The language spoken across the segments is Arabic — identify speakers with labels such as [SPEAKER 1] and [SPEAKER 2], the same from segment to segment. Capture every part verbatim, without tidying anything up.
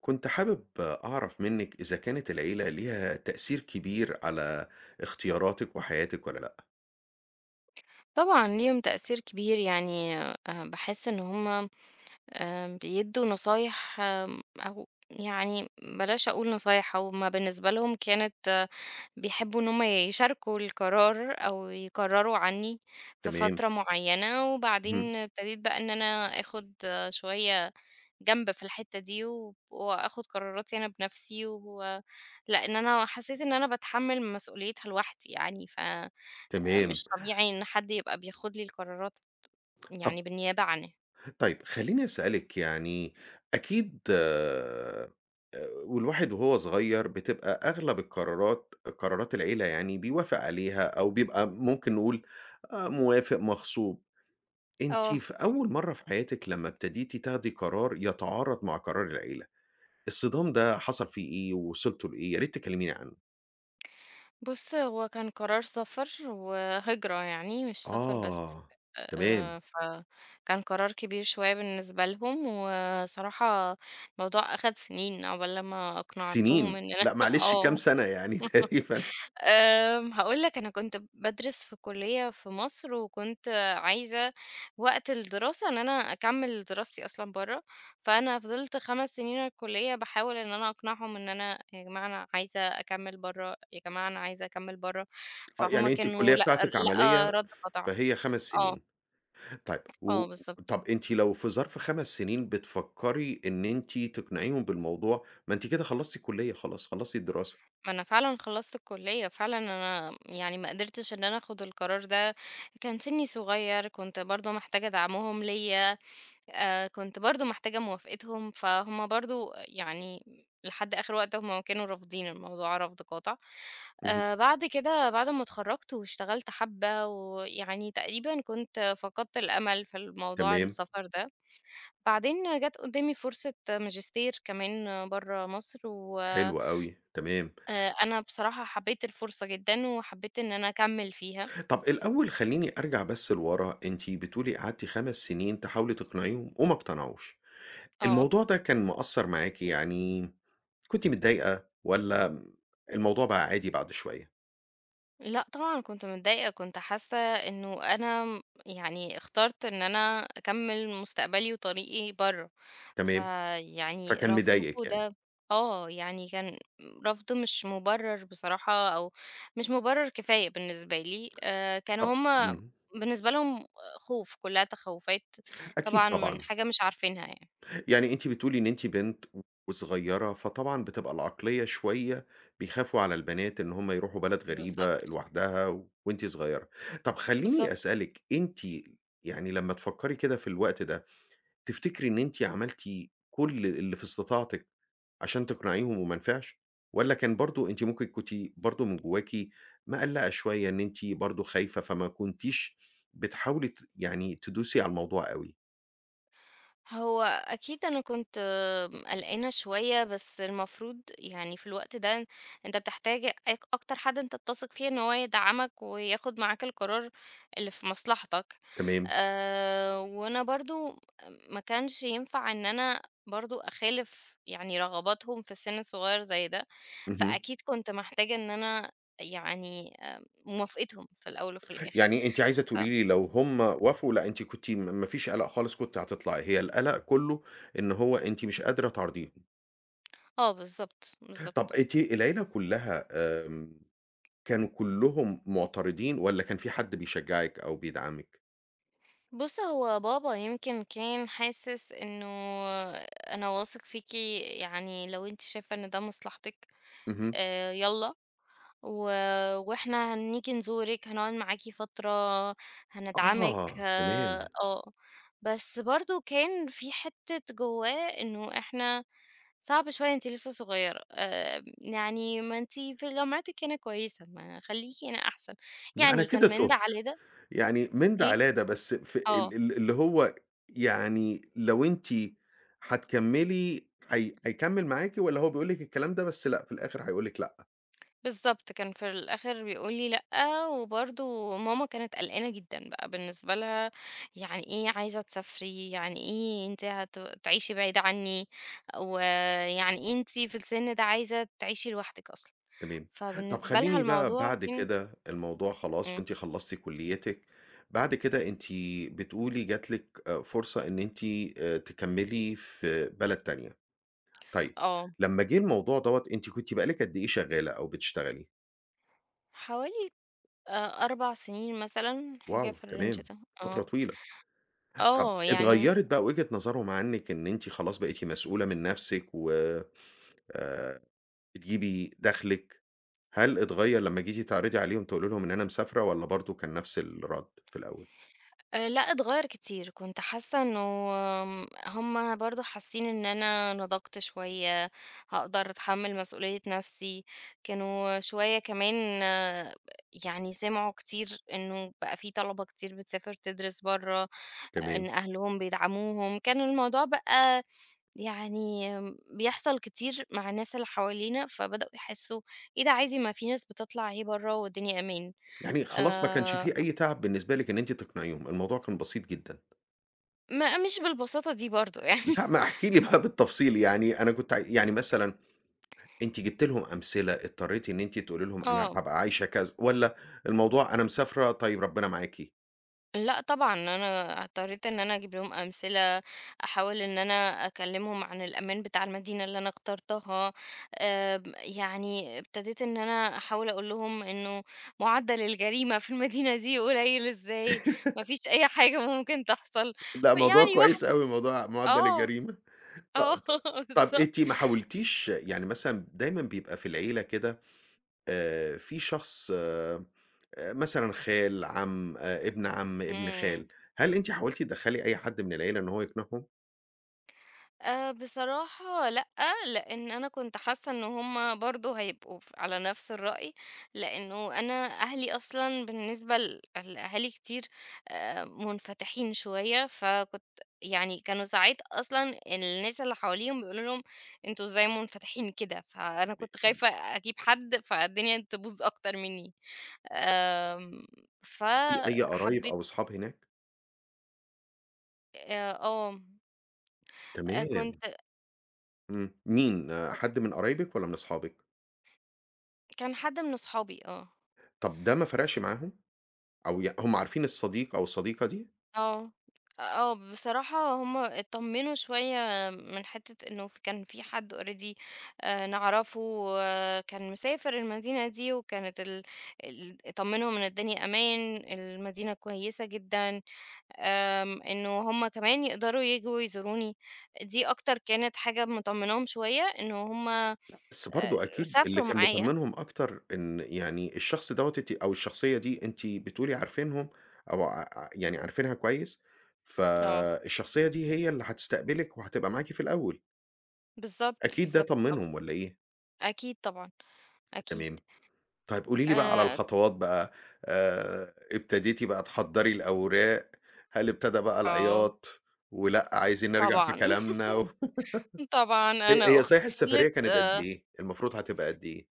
[SPEAKER 1] كنت حابب أعرف منِّك إذا كانت العيلة ليها تأثير كبير على اختياراتِك وحياتِك والّا لأ؟
[SPEAKER 2] طبعًا ليهم تأثير كبير، يعني آآ باحس إن هُم آآ بيدّوا نصايح آمم أو يعني بلاش أقول نصايح، هُم بالنسبة لهم كانت آه، بيحبّوا إن هُم يشاركوا القرار أو يقرّروا عنّي في
[SPEAKER 1] تمام،
[SPEAKER 2] فترة معيّنة،
[SPEAKER 1] اهم،
[SPEAKER 2] وبعدين ابتديت بقى إن أنا آخُد آه، شوية جنب في الحتّة دي، وب وآخُد قراراتي أنا بنَفْسي، و لإن أنا حسّيت إن أنا باتحمّل مسؤوليتها لوحدي يعني، ف آآ
[SPEAKER 1] تمام.
[SPEAKER 2] مش طبيعي إن حد يبقى بياخُد لي القرارات
[SPEAKER 1] طب
[SPEAKER 2] يعني بالنيابة عنّي.
[SPEAKER 1] طيب خلّيني أسألِك يعني أكيد آآ والواحد وهو صغير بتبقى أغلب القرارات قرارات العيلة يعني بيوافق عليها أو بيبقى ممكن نقول آآ موافق، مغصوب. أنتِ
[SPEAKER 2] آه.
[SPEAKER 1] في أول مرّة في حياتِك لمّا ابتديتِ تاخدي قرار يتعارض مع قرار العيلة، الصدام ده حصل فيه إيه ووصلتوا لإيه؟ يا ريت تكلميني عنه.
[SPEAKER 2] بُص، هو كان قرار سفر وهجرة يعني مش سفر بس،
[SPEAKER 1] آه، تمام،
[SPEAKER 2] آآ فكان قرار كبير شوية بالنسبة لهم، وصراحة الموضوع أخَد سِنين عقبال لمّا أقنعتهم
[SPEAKER 1] سنين،
[SPEAKER 2] إن أنا
[SPEAKER 1] لأ معلش كام
[SPEAKER 2] آه.
[SPEAKER 1] سنة يعني تقريبًا
[SPEAKER 2] آمم، هاقول لك أنا كنت بادرس في كلية في مصر، وكنت عايزة وقت الدراسة إن أنا أكمّل دراستي أصلًا برّه، فأنا فضلت 5 سنين الكلية باحاول إن أنا أقنعهم إن أنا يا جماعة أنا عايزة أكمّل برّه، يا جماعة أنا عايزة أكمّل برّه،
[SPEAKER 1] آه،
[SPEAKER 2] فهُم
[SPEAKER 1] يعني أنتِ الكلية
[SPEAKER 2] كانوا لأ،
[SPEAKER 1] بتاعتِك
[SPEAKER 2] لأ
[SPEAKER 1] عملية
[SPEAKER 2] رَدّ قاطع.
[SPEAKER 1] فهي خمس
[SPEAKER 2] آه،
[SPEAKER 1] سنين، طيب و
[SPEAKER 2] آه بالضبط.
[SPEAKER 1] طب أنتِ لو في ظرف خمس سنين بتفكّري إن أنتِ تقنعيهم بالموضوع، ما أنتِ كده خلّصتِ الكلية خلاص، خلّصتِ الدراسة،
[SPEAKER 2] ما أنا فعلًا خلّصت الكلية، فعلًا أنا يعني ما قدرتش إن أنا آخُد القرار ده، كان سِنّي صغير، كنت برضه محتاجة دعمهم ليّا. آآ كنت برضه محتاجة موافقتهم، فهُم برضه يعني لحد آخر وقت هُم كانوا رافضين الموضوع رفض قاطع.
[SPEAKER 1] اهم،
[SPEAKER 2] آآ بعد كده بعد ما اتخرّجت واشتغلت حبّة ويعني تقريبًا كنت فقدت الأمل في الموضوع
[SPEAKER 1] تمام،
[SPEAKER 2] السفر ده. بعدين جات قدّامي فرصة ماجستير كمان برّه مصر و
[SPEAKER 1] حلو أوي، تمام،
[SPEAKER 2] آآ أنا بصراحة حبّيت الفرصة جدًا وحبّيت إن أنا أكمّل فيها.
[SPEAKER 1] طب الأول خلّيني أرجع بس لورا، أنتِ بتقولي قعدتِ خمس سنين تحاولي تقنعيهم وما اقتنعوش.
[SPEAKER 2] آه.
[SPEAKER 1] الموضوع ده كان مأثّر معاكِ يعني كنتِ متضايقة والّا الموضوع بقى عادي بعد شوية،
[SPEAKER 2] لأ طبعًا كنت متضايقة، كنت حاسة إنه أنا م يعني اخترت إن أنا أكمّل مستقبلي وطريقي برّه،
[SPEAKER 1] تمام،
[SPEAKER 2] فيعني
[SPEAKER 1] فكان
[SPEAKER 2] رفضكم
[SPEAKER 1] مضايقِك يعني.
[SPEAKER 2] ده آه، يعني كان رفض مش مُبرر بصراحة أو مش مُبرر كفاية بالنسبة لي، آآ
[SPEAKER 1] طب
[SPEAKER 2] كانوا هُم
[SPEAKER 1] اهم،
[SPEAKER 2] بالنسبة لهم خوف، كلّها تخوّفات
[SPEAKER 1] أكيد
[SPEAKER 2] طبعًا من
[SPEAKER 1] طبعًا.
[SPEAKER 2] حاجة مش عارفينها يعني،
[SPEAKER 1] يعني أنتِ بتقولي إن أنتِ بنت وصغيّرة، فطبعًا بتبقى العقلية شوية بيخافوا على البنات إن هم يروحوا بلد غريبة
[SPEAKER 2] بالضبط،
[SPEAKER 1] لوحدها و- وأنتِ صغيّرة. طب خلّيني
[SPEAKER 2] بالضبط.
[SPEAKER 1] أسألِك، أنتِ يعني لمّا تفكّري كده في الوقت ده، تفتكري إن أنتِ عملتِ كل اللي في استطاعتِك عشان تقنعيهم وما نفعش، والّا كان برضه أنتِ ممكن كنتِ برضه من جواكِ مقلّقة شوية إن أنتِ برضه خايفة، فما كنتيش بتحاولي ت يعني تدوسي على الموضوع أوي؟
[SPEAKER 2] هو أكيد أنا كنت آم، قلقانة شوية بس المفروض يعني في الوقت ده أنت بتحتاج أك- أكتر حد أنت بتثق فيه إن هو يدعمك وياخد معاك القرار اللي في مصلحتك
[SPEAKER 1] تمام،
[SPEAKER 2] أه وأنا برضو ما كانش ينفع إن أنا برضو أخالف يعني رغباتهم في السن الصغير زي ده
[SPEAKER 1] اهم،
[SPEAKER 2] فأكيد كنت محتاجة إن أنا يعني آه، موافقتهم في الأول وفي الآخر
[SPEAKER 1] يعني أنتِ عايزة
[SPEAKER 2] ف-
[SPEAKER 1] تقولي لي لو هُم وافقوا لأ أنتِ كنتِ م ما فيش قلق خالص كنتِ هتطلعي، هي القلق كلّه إن هو أنتِ مش قادرة تراضيهم.
[SPEAKER 2] اه بالظبط
[SPEAKER 1] طَب
[SPEAKER 2] بالظبط.
[SPEAKER 1] أنتِ العيلة كلّها آمم، كانوا كلّهم معترضين والّا كان في حد بيشجعِك أو بيدعمِك؟
[SPEAKER 2] بُص، هو بابا يمكن كان حاسس إنه أنا واثق فيكِ يعني لو أنتِ شايفة إن ده مصلحتِك
[SPEAKER 1] اهم،
[SPEAKER 2] آآ يالّا، و وإحنا هنيجي نزورِك، هنقعد معاكِ فترة، هندعمِك
[SPEAKER 1] آه، تمام،
[SPEAKER 2] آآ آه. بس برضه كان في حتّة جوّاه إنه إحنا صعب شوية أنتِ لسه صغيرة، آآ يعني ما أنتِ في جامعتِك هنا كويسة، ما خلّيكِ هنا أحسن.
[SPEAKER 1] لأ أنا
[SPEAKER 2] يعني
[SPEAKER 1] كده
[SPEAKER 2] كان من ده
[SPEAKER 1] تُهت.
[SPEAKER 2] على ده.
[SPEAKER 1] يعني من ده
[SPEAKER 2] إيه؟
[SPEAKER 1] على ده، بس في ال
[SPEAKER 2] آه.
[SPEAKER 1] ال اللي هو يعني لو أنتِ هتكمّلي هي هيكمّل معاكِ والّا هو بيقول لِك الكلام ده بس لأ، في الآخر هيقول لِك لأ،
[SPEAKER 2] بالضبط، كان في الآخر بيقول لي لأ، وبرضه ماما كانت قلقانة جدًا بقى بالنسبة لها، يعني إيه عايزة تسافري، يعني إيه أنتِ هت تعيشي بعيدة عني، ويعني إيه أنتِ في السن ده عايزة تعيشي لوحدِك أصلًا،
[SPEAKER 1] تمام. طب
[SPEAKER 2] فبالنسبة لها
[SPEAKER 1] خلّيني بقى
[SPEAKER 2] الموضوع
[SPEAKER 1] بعد
[SPEAKER 2] كان
[SPEAKER 1] كده الموضوع خلاص
[SPEAKER 2] إمم،
[SPEAKER 1] وأنتِ خلّصتِ كُلّيتِك، بعد كده أنتِ بتقولي جات لِك آآ فرصة إن أنتِ آآ تكمّلي في بلد تانية، طيب
[SPEAKER 2] آه،
[SPEAKER 1] لمّا جه الموضوع دوّة أنتِ كنتِ بقى لِك قد إيه شغّالة أو بتشتغلي؟
[SPEAKER 2] حوالي آآ 4 سنين مثلًا، حاجة
[SPEAKER 1] واو!
[SPEAKER 2] في الrange
[SPEAKER 1] تمام،
[SPEAKER 2] ده،
[SPEAKER 1] فترة
[SPEAKER 2] آه،
[SPEAKER 1] طويلة. طب
[SPEAKER 2] آه يعني
[SPEAKER 1] اتغيّرت بقى وجهة نظرهم عنِّك إن أنتِ خلاص بقيتِ مسؤولة من نَفْسِك و آآ، بتجيبي دخلِك، هل اتغيّر لمّا جيتِ تعرضي عليهم تقولي لهم إن أنا مسافرة والّا برضه كان نَفْس الرَد في الأول؟
[SPEAKER 2] آآ لأ اتغيّر كتير، كنت حاسة إنه آمم هُم برضه حاسين إن أنا نضجت شوية، هاقدر أتحمّل مسؤولية نَفْسي، كانوا شوية كمان آه، يعني سمعوا كتير إنه بقى في طلبة كتير بتسافر تدرس برّه، إن
[SPEAKER 1] تمام،
[SPEAKER 2] أهلهم بيدعموهم، كان الموضوع بقى يعني بيحصل كتير مع الناس اللي حوالينا، فبدأوا يحسّوا إيه ده عادي ما في ناس بتطلع أهي برّه والدنيا أمان،
[SPEAKER 1] يعني خلاص ما كانش
[SPEAKER 2] آآ
[SPEAKER 1] في أي تعب بالنسبة لِك إن أنتِ تقنعيهم، الموضوع كان بسيط جدًا.
[SPEAKER 2] ما مش بالبساطة دي برضه يعني.
[SPEAKER 1] لأ، ما احكي لي بقى بالتفصيل يعني أنا كنت ع يعني مثلًا أنتِ جبتِ لهم أمثلة، اضطريتِ إن أنتِ تقولي لهم أنا
[SPEAKER 2] آه.
[SPEAKER 1] هابقى عايشة كذا والّا الموضوع أنا مسافرة طيب ربنا معاكِ؟
[SPEAKER 2] لأ طبعًا، أنا اضطريت إن أنا أجيب لهم أمثلة، أحاول إن أنا أكلّمهم عن الأمان بتاع المدينة اللي أنا اخترتها، آمم، يعني ابتديت إن أنا أحاول أقول لهم إنه معدّل الجريمة في المدينة دي قليل إزاي، ما فيش أي حاجة ممكن تحصل،
[SPEAKER 1] لأ، موضوع
[SPEAKER 2] يعني
[SPEAKER 1] كويس
[SPEAKER 2] واحدة
[SPEAKER 1] أوي موضوع معدّل
[SPEAKER 2] آه،
[SPEAKER 1] الجريمة. ط
[SPEAKER 2] آه
[SPEAKER 1] ط طب
[SPEAKER 2] بالضبط.
[SPEAKER 1] أنتِ ما حاولتيش يعني مثلًا دايمًا بيبقى في العيلة كده آآ، في شخص آآ، مثلًا خال، عم، آآ، ابن عم، ابن خال،
[SPEAKER 2] إمم.
[SPEAKER 1] هل أنتِ حاولتِ تدخّلي أي حد من العيلة إن هو يقنعهم؟
[SPEAKER 2] آآ بصراحة لأ، لإن أنا كنت حاسة إن هُم برضه هيبقوا ف على نفس الرأي، لإنه أنا أهلي أصلًا بالنسبة ل لأهالي كتير آآ منفتحين شوية، فكنت يعني كانوا ساعات أصلًا الناس اللي حواليهم بيقولوا لهم: "أنتم إزاي منفتحين كده؟" فأنا كنت خايفة أجيب حد فالدنيا تبوظ أكتر مني. آمم
[SPEAKER 1] في أي قرايب
[SPEAKER 2] فحبيت.
[SPEAKER 1] أو أصحاب هناك؟
[SPEAKER 2] آآ آه، آآ
[SPEAKER 1] تمام،
[SPEAKER 2] كنت
[SPEAKER 1] إمم، مين آه، حد من قرايبِك والّا من أصحابِك؟
[SPEAKER 2] كان حد من أصحابي آه.
[SPEAKER 1] طب ده ما فرقش معاهم؟ أو ي هم عارفين الصديق أو الصديقة دي؟
[SPEAKER 2] آه، آه، بصراحة هُم اتطمنوا شوية من حتة إنه ف كان في حد already آآ، نعرفه آه، كان مسافر المدينة دي، وكانت ال ال اتطمنهم إن الدنيا أمان، المدينة كويسة جدًا، آمم، إنه هُم كمان يقدروا ييجوا يزوروني، دي أكتر كانت حاجة مطمناهم شوية إنه هُم آآ،
[SPEAKER 1] بس برضه أكيد اللي
[SPEAKER 2] سافروا
[SPEAKER 1] كان
[SPEAKER 2] معايا،
[SPEAKER 1] مطمّنهم أكتر إن يعني الشخص دوّة أنتِ أو الشخصية دي أنتِ بتقولي عارفينهم أو ع يعني عارفينها كويس،
[SPEAKER 2] آه،
[SPEAKER 1] فالشخصية دي هي اللي هتستقبلِك وهتبقى معاكِ في الأول،
[SPEAKER 2] بالضبط،
[SPEAKER 1] أكيد ده
[SPEAKER 2] بالضبط طبعًا،
[SPEAKER 1] طمّنهم والّا إيه؟
[SPEAKER 2] أكيد طبعًا، أكيد،
[SPEAKER 1] تمام. طيب قولي لي بقى على
[SPEAKER 2] آآ،
[SPEAKER 1] الخطوات بقى، آآ ابتديتِ بقى تحضّري الأوراق، هل ابتدى بقى
[SPEAKER 2] آه،
[SPEAKER 1] العياط ولأ عايزين نرجع في
[SPEAKER 2] طبعًا.
[SPEAKER 1] كلامنا و
[SPEAKER 2] طبعًا
[SPEAKER 1] هي
[SPEAKER 2] أنا
[SPEAKER 1] هي صحيح
[SPEAKER 2] أختي
[SPEAKER 1] السفرية
[SPEAKER 2] فضلت
[SPEAKER 1] كانت قد إيه؟ المفروض هتبقى قد إيه؟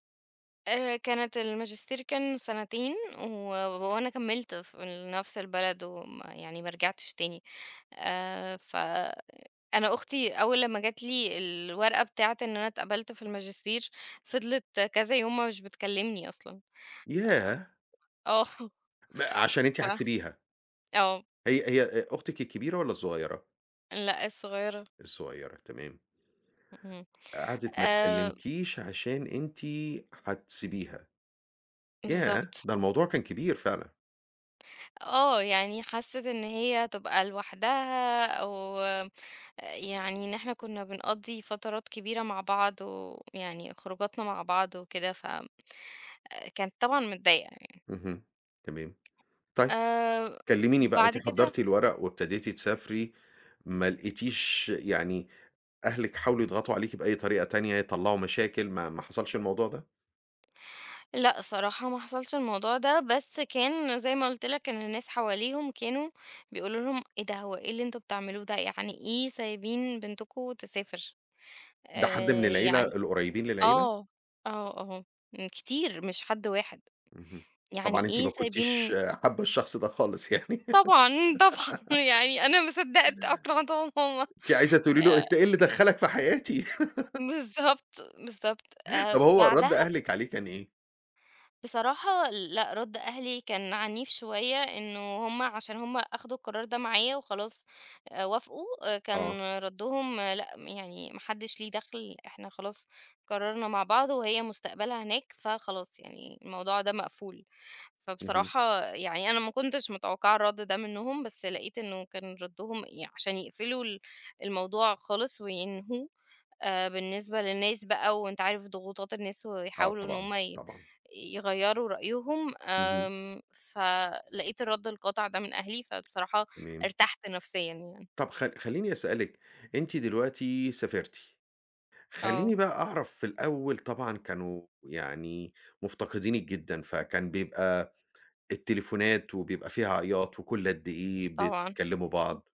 [SPEAKER 2] آآ كانت الماجستير كان سنتين و وأنا كمّلت في نفس البلد وما يعني ما رجعتش تاني، آآ ف أنا أختي أول لمّا جات لي الورقة بتاعة إن أنا اتقبلت في الماجستير، فضلت كذا يوم ما مش بتكلمني أصلًا، آآ
[SPEAKER 1] ياه!
[SPEAKER 2] آه
[SPEAKER 1] ب عشان أنتِ
[SPEAKER 2] ف
[SPEAKER 1] هتسيبيها.
[SPEAKER 2] آه،
[SPEAKER 1] هي هي آآ أختِك الكبيرة والّا الصغيرة؟
[SPEAKER 2] لأ الصغيرة،
[SPEAKER 1] الصغيرة تمام.
[SPEAKER 2] اهم،
[SPEAKER 1] قعدِت ما
[SPEAKER 2] آآ
[SPEAKER 1] تكلمكيش عشان أنتِ هتسيبيها. ياه!
[SPEAKER 2] بالضبط،
[SPEAKER 1] ده الموضوع كان كبير فعلًا.
[SPEAKER 2] آه يعني حَسِّت إن هي هتبقى لوحدها أو يعني إن إحنا كنا بنقضّي فترات كبيرة مع بعض، ويعني خروجاتنا مع بعض وكده، ف كانت طبعًا متضايقة يعني.
[SPEAKER 1] اهم، تمام. طيب
[SPEAKER 2] آآ،
[SPEAKER 1] كلميني بقى،
[SPEAKER 2] بعد
[SPEAKER 1] أنتِ
[SPEAKER 2] كده
[SPEAKER 1] حضّرتِ الورق وابتديتِ تسافري، ما لقيتيش يعني أهلِك حاولوا يضغطوا عليكِ بأي طريقة تانية، يطلّعوا مشاكل، ما ما حصلش الموضوع ده؟
[SPEAKER 2] لأ، صراحة ما حصلش الموضوع ده، بس كان زي ما قُلت لك إن الناس حواليهم كانوا بيقولوا لهم: "إيه ده، هو إيه اللي أنتم بتعملوه ده؟ يعني إيه سايبين بنتكم تسافر؟"
[SPEAKER 1] ده حد من
[SPEAKER 2] آآ،
[SPEAKER 1] العيلة
[SPEAKER 2] يعني
[SPEAKER 1] القريبين للعيلة؟
[SPEAKER 2] آه، آه، آه، كتير مش حد واحد.
[SPEAKER 1] اهم.
[SPEAKER 2] يعني
[SPEAKER 1] طبعًا أنتِ
[SPEAKER 2] إيه
[SPEAKER 1] ما كنتيش
[SPEAKER 2] سايبين
[SPEAKER 1] حابة الشخص ده خالص يعني.
[SPEAKER 2] طبعًا، طبعًا يعني أنا ما صدّقت أقنعتهم هُم.
[SPEAKER 1] أنتِ عايزة تقولي له أنت
[SPEAKER 2] آآ
[SPEAKER 1] إيه اللي دخّلك في حياتي؟
[SPEAKER 2] بالضبط، بالضبط. آآ
[SPEAKER 1] طب هو رد
[SPEAKER 2] بعدها
[SPEAKER 1] أهلِك عليه كان إيه؟
[SPEAKER 2] بصراحة لأ، رَد أهلي كان عنيف شوية، إنه هُم عشان هُم أخدوا القرار ده معايا وخلاص آآ وافقوا، آآ
[SPEAKER 1] آه،
[SPEAKER 2] كان ردّهم لأ، يعني ما حدّش ليه دخل، إحنا خلاص قررنا مع بعض وهي مستقبلها هناك، فخلاص يعني الموضوع ده مقفول.
[SPEAKER 1] اهم،
[SPEAKER 2] فبصراحة يعني أنا ما كنتش متوقعة الرد ده منهم، بس لقيت إنه كان ردّهم ي عشان يقفلوا ال الموضوع خالص وينهوه آآ بالنسبة للناس بقى وأنت عارف ضغوطات الناس
[SPEAKER 1] آه
[SPEAKER 2] ويحاولوا إن
[SPEAKER 1] طبعًا،
[SPEAKER 2] هم ي
[SPEAKER 1] طبعًا،
[SPEAKER 2] يغيّروا رأيهم،
[SPEAKER 1] اهم.
[SPEAKER 2] آمم فلقيت الرد القاطع ده من أهلي، فبصراحة
[SPEAKER 1] تمام.
[SPEAKER 2] ارتحت نفسيًا يعني.
[SPEAKER 1] طب خ خلّيني أسألِك، أنتِ دلوقتي سافرتِ،
[SPEAKER 2] آه،
[SPEAKER 1] خلّيني بقى أعرف في الأول طبعًا كانوا يعني مفتقدينِك جدًا، فكان بيبقى التليفونات وبيبقى فيها عياط وكل قد إيه
[SPEAKER 2] طبعًا.
[SPEAKER 1] بتكلموا بعض؟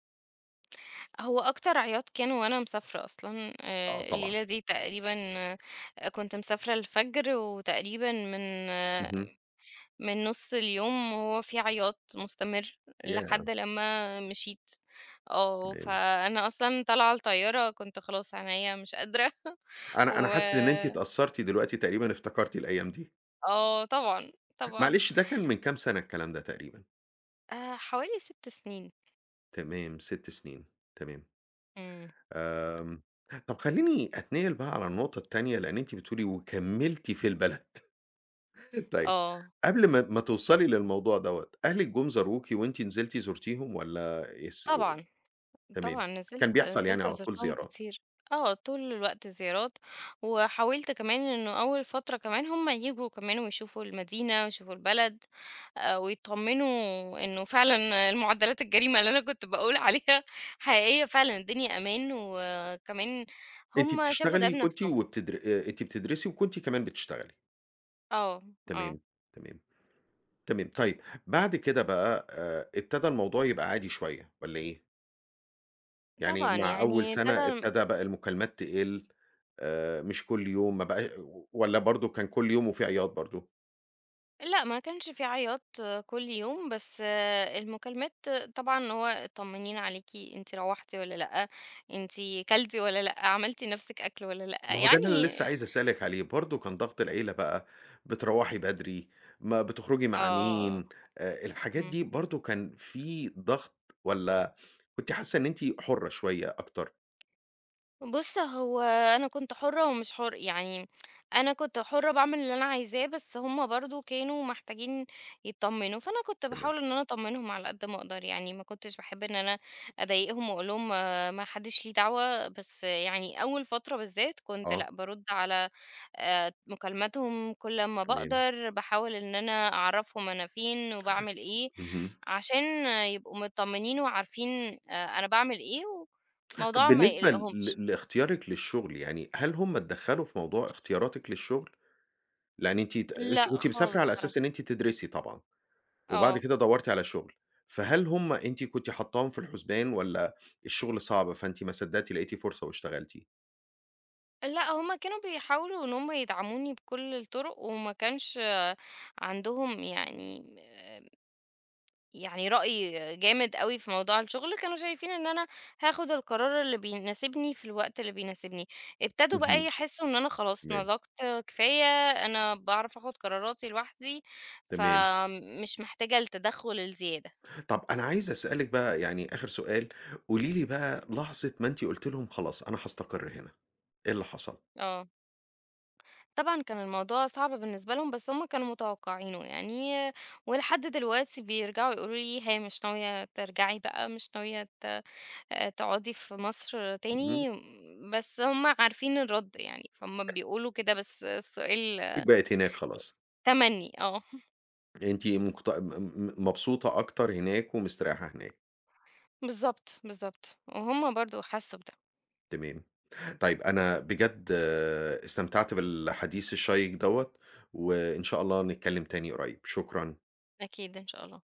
[SPEAKER 2] هو أكتر عياط كان وأنا مسافرة أصلًا،
[SPEAKER 1] آه
[SPEAKER 2] آآ
[SPEAKER 1] طبعًا،
[SPEAKER 2] الليلة دي تقريبًا آه، كنت مسافرة الفجر وتقريبًا من آه،
[SPEAKER 1] اهم.
[SPEAKER 2] من نُص اليوم وهو في عياط مستمر
[SPEAKER 1] ياه!
[SPEAKER 2] لحد لمّا مشيت. آه،
[SPEAKER 1] تمام.
[SPEAKER 2] فأنا أصلًا طالعة الطيارة كنت خلاص عينيّا مش قادرة
[SPEAKER 1] أنا أنا
[SPEAKER 2] و
[SPEAKER 1] حاسس إن أنتِ اتأثرتِ دلوقتي تقريبًا افتكرتِ الأيام دي.
[SPEAKER 2] آه طبعًا، طبعًا.
[SPEAKER 1] معلش ده كان من كام سنة الكلام ده تقريبًا؟
[SPEAKER 2] آآ حوالي 6 سنين.
[SPEAKER 1] تمام، ست سنين، تمام.
[SPEAKER 2] إمم،
[SPEAKER 1] آمم، طب خلّيني أتنقل بقى على النقطة التانية، لإن أنتِ بتقولي وكمّلتِ في البلد طيب
[SPEAKER 2] آه،
[SPEAKER 1] قبل ما ما توصلي للموضوع دوّة، أهلِك جُم زاروكِ وأنتِ نزلتِ زُرتيهم والّا اس
[SPEAKER 2] طبعًا.
[SPEAKER 1] تمام،
[SPEAKER 2] طبعًا
[SPEAKER 1] كان
[SPEAKER 2] نزلت
[SPEAKER 1] بيحصل يعني
[SPEAKER 2] نزلت
[SPEAKER 1] على طول
[SPEAKER 2] زُرتهم
[SPEAKER 1] زيارات،
[SPEAKER 2] كتير، آه، طول الوقت زيارات، وحاولت كمان إنه أول فترة كمان هُم ييجوا كمان ويشوفوا المدينة ويشوفوا البلد، آآ، ويتطمنوا إنه فعلًا المعدلات الجريمة اللي أنا كنت باقول عليها حقيقية فعلًا، الدنيا أمان وكمان
[SPEAKER 1] أنتِ
[SPEAKER 2] هُم شافوا ده
[SPEAKER 1] بتشتغلي كنتِ
[SPEAKER 2] بنفسهم.
[SPEAKER 1] وبتدر آآ، أنتِ بتدرسي وكنتِ كمان بتشتغلي،
[SPEAKER 2] آه، آه،
[SPEAKER 1] تمام، تمام، تمام، طيب بعد كده بقى آآ، ابتدى الموضوع يبقى عادي شوية والّا إيه؟ يعني
[SPEAKER 2] طبعًا
[SPEAKER 1] مع أول
[SPEAKER 2] يعني
[SPEAKER 1] سنة
[SPEAKER 2] ابتدى
[SPEAKER 1] ابتدى بقى المكالمات تقِل، آآ مش كل يوم ما بقى والّا برضه كان كل يوم وفي عياط برضه؟
[SPEAKER 2] لأ، ما كانش في عياط كل يوم، بس المكالمات طبعًا هو طمنيني عليكِ، أنتِ روّحتِ والّا لأ، أنتِ كلتِ والّا لأ، عملتِ لنفسِك أكل والّا لأ،
[SPEAKER 1] ما هو ده اللي أنا
[SPEAKER 2] يعني
[SPEAKER 1] لسه عايز أسألِك عليه، برضه كان ضغط العيلة بقى، بتروّحي بدري، ما بتخرجي مع
[SPEAKER 2] آه،
[SPEAKER 1] مين، آآ الحاجات
[SPEAKER 2] إمم.
[SPEAKER 1] دي برضه كان في ضغط والّا كنتِ حاسة إن أنتِ حُرة شوية أكتر؟
[SPEAKER 2] بُص، هو أنا كنت حُرّة ومش حُر يعني أنا كنت حُرّة باعمل اللي أنا عايزاه، بس هُم برضه كانوا محتاجين يتطمّنوا، فأنا كنت
[SPEAKER 1] تمام،
[SPEAKER 2] باحاول إن أنا أطمّنهم على قد ما أقدر، يعني ما كنتش باحب إن أنا أضايقهم وأقول لهم آه، ما حدّش ليه دعوة، بس يعني أول فترة بالذات كنت
[SPEAKER 1] آه،
[SPEAKER 2] لأ، بارُد على آآ مكالماتهم كل أمّا
[SPEAKER 1] تمام،
[SPEAKER 2] باقدر، باحاول إن أنا أعرّفهم أنا فين وباعمل إيه،
[SPEAKER 1] اهم.
[SPEAKER 2] عشان آه، يبقوا متطمّنين وعارفين آآ أنا باعمل إيه
[SPEAKER 1] طَب
[SPEAKER 2] والموضوع ما
[SPEAKER 1] بالنسبة
[SPEAKER 2] يقلقهمش.
[SPEAKER 1] ل لاختيارِك للشغل يعني، هل هم اتدخّلوا في موضوع اختياراتِك للشغل؟ لأن أنتِ ت
[SPEAKER 2] لأ
[SPEAKER 1] أنتِ كنتِ مسافرة
[SPEAKER 2] خالص
[SPEAKER 1] على
[SPEAKER 2] صراحة،
[SPEAKER 1] أساس إن أنتِ تدرسي طبعًا، وبعد
[SPEAKER 2] آه.
[SPEAKER 1] كده دَوّرتِ على شغل، فهل هُم أنتِ كنتِ حاطاهم في الحسبان والّا الشغل صعب فأنتِ ما صدّقتِ لقيتِ فرصة واشتغلتِ؟
[SPEAKER 2] لأ هُم كانوا بيحاولوا إن هُم يدعموني بكل الطرق، وما كانش آه، عندهم يعني يعني رأي جامد أوي في موضوع الشغل، كانوا شايفين إن أنا هاخد القرار اللي بيناسبني في الوقت اللي بيناسبني. ابتدوا بقى
[SPEAKER 1] اهم،
[SPEAKER 2] يحسوا إن أنا خلاص
[SPEAKER 1] تمام،
[SPEAKER 2] نضجت كفاية، أنا باعرف آخد قراراتي لوحدي،
[SPEAKER 1] تمام.
[SPEAKER 2] فمش محتاجة التدخُّل الزيادة.
[SPEAKER 1] طَب أنا عايز أسألِك بقى يعني آخر سؤال، قولي لي بقى لحظة ما أنتِ قُلتِ لهم خلاص أنا هاستقر هنا، إيه اللي حصل؟
[SPEAKER 2] آه. طبعًا كان الموضوع صعب بالنسبة لهم، بس هُم كانوا متوقعينه يعني، ولحد دلوقتي بيرجعوا يقولوا لي: "هي مش ناوية ترجعي بقى، مش ناوية ت آآ تقعدي في مصر
[SPEAKER 1] إمم،
[SPEAKER 2] تاني." بس هُم عارفين الرد يعني، فهُم بيقولوا كده بس السؤال
[SPEAKER 1] بقيت هناك خلاص،
[SPEAKER 2] تمني، آه،
[SPEAKER 1] أنتِ مقت م م مبسوطة أكتر هناك ومستريحة هناك،
[SPEAKER 2] بالضبط، بالضبط، وهُم برضه حسوا بده،
[SPEAKER 1] تمام. طيب أنا بجد آه، استمتعت بالحديث الشيق دوّة، وإن شاء الله نتكلم تاني قريب، شكرًا.
[SPEAKER 2] أكيد إن شاء الله.